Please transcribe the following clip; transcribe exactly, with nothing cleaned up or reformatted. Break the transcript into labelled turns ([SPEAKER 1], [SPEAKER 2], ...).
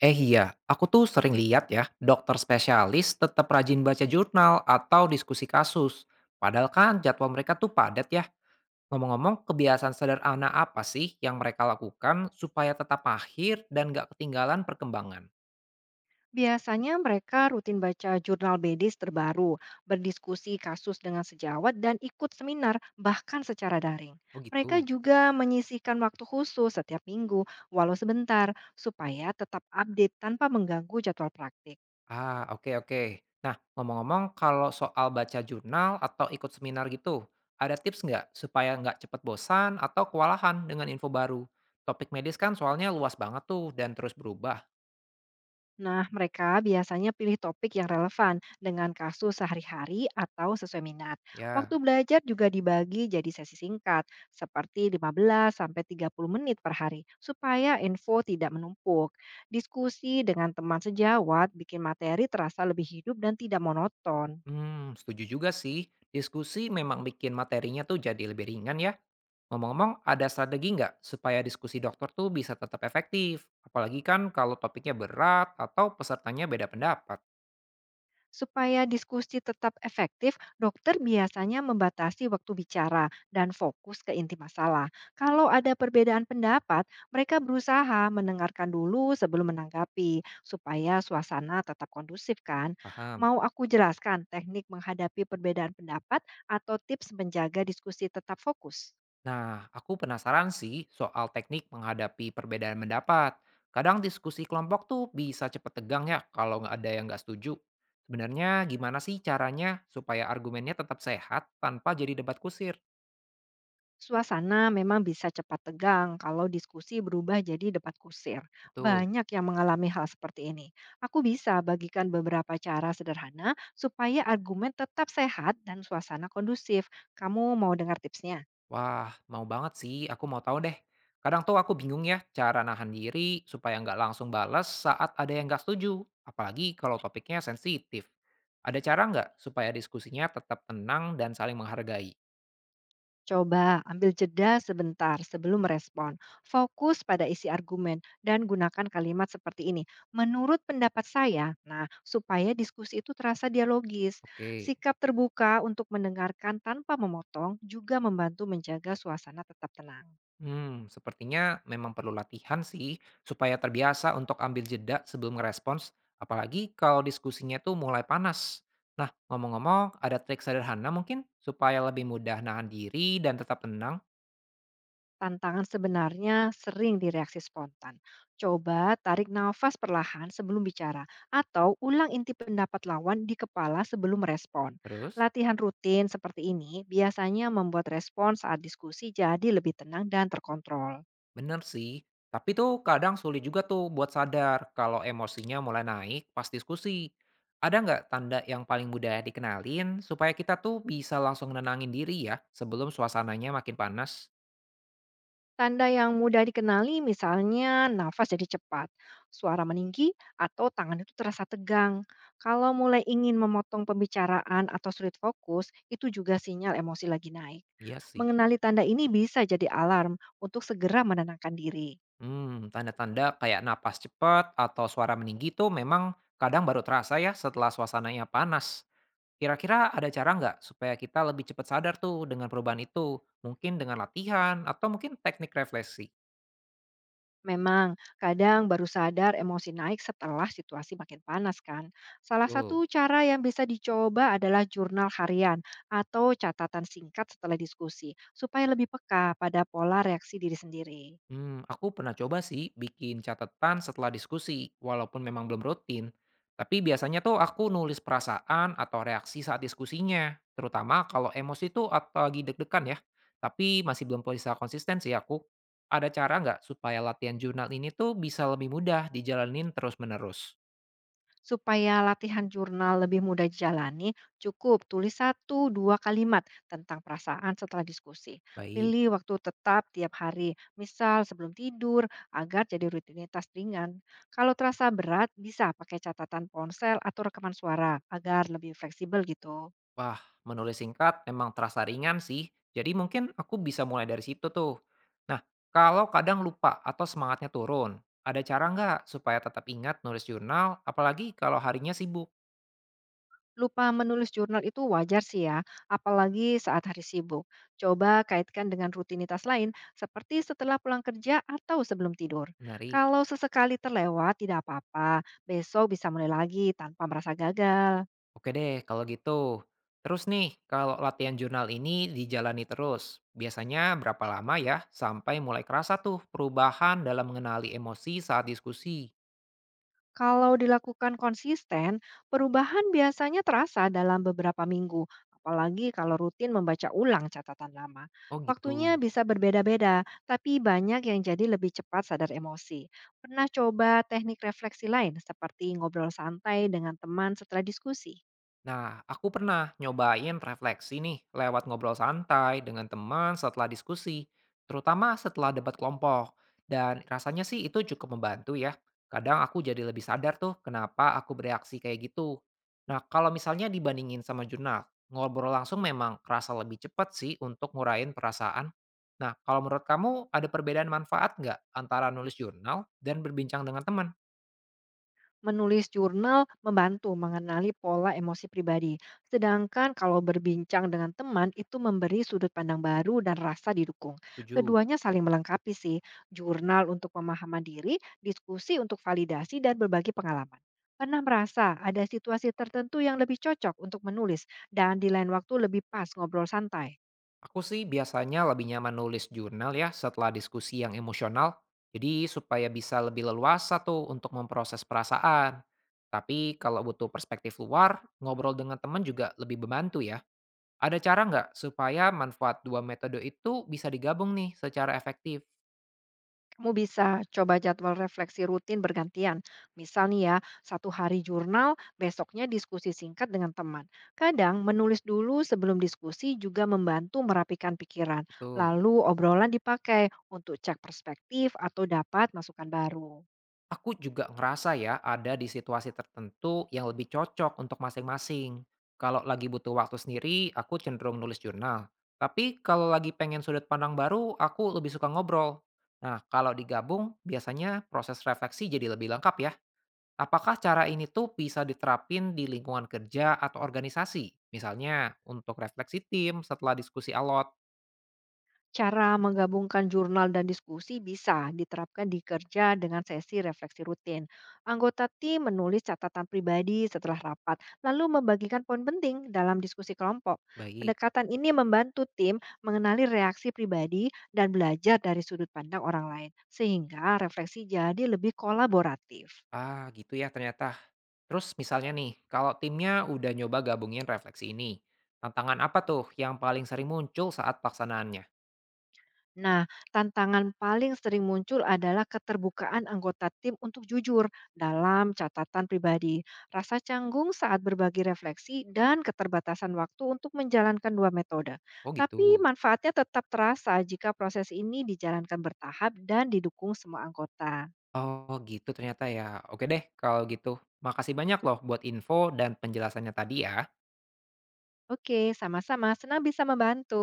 [SPEAKER 1] Eh iya, aku tuh sering lihat ya, dokter spesialis tetap rajin baca jurnal atau diskusi kasus. Padahal kan jadwal mereka tuh padat ya. Ngomong-ngomong, kebiasaan sederhana apa sih yang mereka lakukan supaya tetap akhir dan nggak ketinggalan perkembangan?
[SPEAKER 2] Biasanya mereka rutin baca jurnal medis terbaru, berdiskusi kasus dengan sejawat, dan ikut seminar bahkan secara daring.
[SPEAKER 1] Oh gitu.
[SPEAKER 2] Mereka juga menyisihkan waktu khusus setiap minggu, walau sebentar, supaya tetap update tanpa mengganggu jadwal praktik.
[SPEAKER 1] Ah, oke oke. Nah, ngomong-ngomong kalau soal baca jurnal atau ikut seminar gitu, ada tips nggak supaya nggak cepet bosan atau kewalahan dengan info baru? Topik medis kan soalnya luas banget tuh dan terus berubah.
[SPEAKER 2] Nah, mereka biasanya pilih topik yang relevan dengan kasus sehari-hari atau sesuai minat. Waktu
[SPEAKER 1] Ya.
[SPEAKER 2] belajar juga dibagi jadi sesi singkat, seperti lima belas sampai tiga puluh menit per hari, supaya info tidak menumpuk. Diskusi dengan teman sejawat bikin materi terasa lebih hidup dan tidak monoton.
[SPEAKER 1] Hmm, setuju juga sih. Diskusi memang bikin materinya tuh jadi lebih ringan ya. Ngomong-ngomong, ada strategi nggak supaya diskusi dokter tuh bisa tetap efektif? Apalagi kan kalau topiknya berat atau pesertanya beda pendapat.
[SPEAKER 2] Supaya diskusi tetap efektif, dokter biasanya membatasi waktu bicara dan fokus ke inti masalah. Kalau ada perbedaan pendapat, mereka berusaha mendengarkan dulu sebelum menanggapi, supaya suasana tetap kondusif kan.
[SPEAKER 1] Paham?
[SPEAKER 2] Mau aku jelaskan teknik menghadapi perbedaan pendapat atau tips menjaga diskusi tetap fokus?
[SPEAKER 1] Nah, aku penasaran sih soal teknik menghadapi perbedaan pendapat. Kadang diskusi kelompok tuh bisa cepet tegang ya kalau nggak ada yang nggak setuju. Sebenarnya gimana sih caranya supaya argumennya tetap sehat tanpa jadi debat kusir?
[SPEAKER 2] Suasana memang bisa cepat tegang kalau diskusi berubah jadi debat kusir.
[SPEAKER 1] Betul.
[SPEAKER 2] Banyak yang mengalami hal seperti ini. Aku bisa bagikan beberapa cara sederhana supaya argumen tetap sehat dan suasana kondusif. Kamu mau dengar tipsnya?
[SPEAKER 1] Wah, mau banget sih. Aku mau tahu deh. Kadang tuh aku bingung ya cara nahan diri supaya nggak langsung balas saat ada yang nggak setuju. Apalagi kalau topiknya sensitif. Ada cara nggak supaya diskusinya tetap tenang dan saling menghargai?
[SPEAKER 2] Coba ambil jeda sebentar sebelum merespon. Fokus pada isi argumen dan gunakan kalimat seperti ini. Menurut pendapat saya, nah supaya diskusi itu terasa dialogis.
[SPEAKER 1] Oke,
[SPEAKER 2] Sikap terbuka untuk mendengarkan tanpa memotong juga membantu menjaga suasana tetap tenang.
[SPEAKER 1] hmm, sepertinya memang perlu latihan sih supaya terbiasa untuk ambil jeda sebelum ngerespons. Apalagi kalau diskusinya tuh mulai panas. Nah, ngomong-ngomong, ada trik sederhana mungkin supaya lebih mudah nahan diri dan tetap tenang?
[SPEAKER 2] Tantangan sebenarnya sering direaksi spontan. Coba tarik nafas perlahan sebelum bicara atau ulang inti pendapat lawan di kepala sebelum merespon.
[SPEAKER 1] Terus?
[SPEAKER 2] Latihan rutin seperti ini biasanya membuat respon saat diskusi jadi lebih tenang dan terkontrol.
[SPEAKER 1] Bener sih, tapi tuh kadang sulit juga tuh buat sadar kalau emosinya mulai naik pas diskusi. Ada nggak tanda yang paling mudah dikenalin supaya kita tuh bisa langsung nenangin diri ya sebelum suasananya makin panas?
[SPEAKER 2] Tanda yang mudah dikenali misalnya nafas jadi cepat, suara meninggi, atau tangan itu terasa tegang. Kalau mulai ingin memotong pembicaraan atau sulit fokus, itu juga sinyal emosi lagi naik.
[SPEAKER 1] Iya sih.
[SPEAKER 2] Mengenali tanda ini bisa jadi alarm untuk segera menenangkan diri.
[SPEAKER 1] Hmm, tanda-tanda kayak napas cepat atau suara meninggi tuh memang kadang baru terasa ya setelah suasananya panas. Kira-kira ada cara nggak supaya kita lebih cepat sadar tuh dengan perubahan itu? Mungkin dengan latihan atau mungkin teknik refleksi.
[SPEAKER 2] Memang, kadang baru sadar emosi naik setelah situasi makin panas kan. Salah satu
[SPEAKER 1] Tuh.
[SPEAKER 2] cara yang bisa dicoba adalah jurnal harian atau catatan singkat setelah diskusi, supaya lebih peka pada pola reaksi diri sendiri.
[SPEAKER 1] Hmm, aku pernah coba sih bikin catatan setelah diskusi, walaupun memang belum rutin. Tapi biasanya tuh aku nulis perasaan atau reaksi saat diskusinya, terutama kalau emosi tuh atau lagi deg-degan ya. Tapi masih belum bisa konsisten sih aku. Ada cara nggak supaya latihan jurnal ini tuh bisa lebih mudah dijalanin terus-menerus?
[SPEAKER 2] Supaya latihan jurnal lebih mudah dijalani, cukup tulis satu dua kalimat tentang perasaan setelah diskusi.
[SPEAKER 1] Baik.
[SPEAKER 2] Pilih waktu tetap tiap hari, misal sebelum tidur, agar jadi rutinitas ringan. Kalau terasa berat, bisa pakai catatan ponsel atau rekaman suara agar lebih fleksibel gitu.
[SPEAKER 1] Wah, menulis singkat memang terasa ringan sih, jadi mungkin aku bisa mulai dari situ tuh. Nah, kalau kadang lupa atau semangatnya turun, ada cara nggak supaya tetap ingat nulis jurnal, apalagi kalau harinya sibuk?
[SPEAKER 2] Lupa menulis jurnal itu wajar sih ya, apalagi saat hari sibuk. Coba kaitkan dengan rutinitas lain, seperti setelah pulang kerja atau sebelum tidur.
[SPEAKER 1] Menarik.
[SPEAKER 2] Kalau sesekali terlewat, tidak apa-apa. Besok bisa mulai lagi tanpa merasa gagal.
[SPEAKER 1] Oke deh, kalau gitu. Terus nih, kalau latihan jurnal ini dijalani terus, biasanya berapa lama ya sampai mulai kerasa tuh perubahan dalam mengenali emosi saat diskusi?
[SPEAKER 2] Kalau dilakukan konsisten, perubahan biasanya terasa dalam beberapa minggu, apalagi kalau rutin membaca ulang catatan lama.
[SPEAKER 1] Oh
[SPEAKER 2] Waktunya
[SPEAKER 1] gitu.
[SPEAKER 2] bisa berbeda-beda, tapi banyak yang jadi lebih cepat sadar emosi. Pernah coba teknik refleksi lain seperti ngobrol santai dengan teman setelah diskusi?
[SPEAKER 1] Nah, aku pernah nyobain refleksi nih lewat ngobrol santai dengan teman setelah diskusi, terutama setelah debat kelompok. Dan rasanya sih itu cukup membantu ya. Kadang aku jadi lebih sadar tuh kenapa aku bereaksi kayak gitu. Nah, kalau misalnya dibandingin sama jurnal, ngobrol langsung memang kerasa lebih cepat sih untuk nguraiin perasaan. Nah, kalau menurut kamu ada perbedaan manfaat nggak antara nulis jurnal dan berbincang dengan teman?
[SPEAKER 2] Menulis jurnal membantu mengenali pola emosi pribadi, sedangkan kalau berbincang dengan teman itu memberi sudut pandang baru dan rasa didukung.
[SPEAKER 1] Tujuh.
[SPEAKER 2] Keduanya saling melengkapi sih, jurnal untuk pemahaman diri, diskusi untuk validasi dan berbagi pengalaman. Pernah merasa ada situasi tertentu yang lebih cocok untuk menulis dan di lain waktu lebih pas ngobrol santai?
[SPEAKER 1] Aku sih biasanya lebih nyaman nulis jurnal ya setelah diskusi yang emosional, jadi supaya bisa lebih leluasa tuh untuk memproses perasaan. Tapi kalau butuh perspektif luar, ngobrol dengan teman juga lebih membantu ya. Ada cara nggak supaya manfaat dua metode itu bisa digabung nih secara efektif?
[SPEAKER 2] Kamu bisa coba jadwal refleksi rutin bergantian. Misal nih ya, satu hari jurnal, besoknya diskusi singkat dengan teman. Kadang menulis dulu sebelum diskusi juga membantu merapikan pikiran.
[SPEAKER 1] Betul.
[SPEAKER 2] Lalu obrolan dipakai untuk cek perspektif atau dapat masukan baru.
[SPEAKER 1] Aku juga ngerasa ya ada di situasi tertentu yang lebih cocok untuk masing-masing. Kalau lagi butuh waktu sendiri, aku cenderung nulis jurnal. Tapi kalau lagi pengen sudut pandang baru, aku lebih suka ngobrol. Nah, kalau digabung, biasanya proses refleksi jadi lebih lengkap ya. Apakah cara ini tuh bisa diterapin di lingkungan kerja atau organisasi? Misalnya, untuk refleksi tim setelah diskusi alot.
[SPEAKER 2] Cara menggabungkan jurnal dan diskusi bisa diterapkan di kerja dengan sesi refleksi rutin. Anggota tim menulis catatan pribadi setelah rapat, lalu membagikan poin penting dalam diskusi kelompok.
[SPEAKER 1] Baik.
[SPEAKER 2] Pendekatan ini membantu tim mengenali reaksi pribadi dan belajar dari sudut pandang orang lain, sehingga refleksi jadi lebih kolaboratif.
[SPEAKER 1] Ah, gitu ya ternyata. Terus misalnya nih, kalau timnya udah nyoba gabungin refleksi ini, tantangan apa tuh yang paling sering muncul saat pelaksanaannya?
[SPEAKER 2] Nah, tantangan paling sering muncul adalah keterbukaan anggota tim untuk jujur dalam catatan pribadi, rasa canggung saat berbagi refleksi, dan keterbatasan waktu untuk menjalankan dua metode.
[SPEAKER 1] Oh
[SPEAKER 2] Tapi
[SPEAKER 1] gitu.
[SPEAKER 2] manfaatnya tetap terasa jika proses ini dijalankan bertahap dan didukung semua anggota.
[SPEAKER 1] Oh gitu ternyata ya. Oke deh kalau gitu. Makasih banyak loh buat info dan penjelasannya tadi ya.
[SPEAKER 2] Oke, sama-sama. Senang bisa membantu.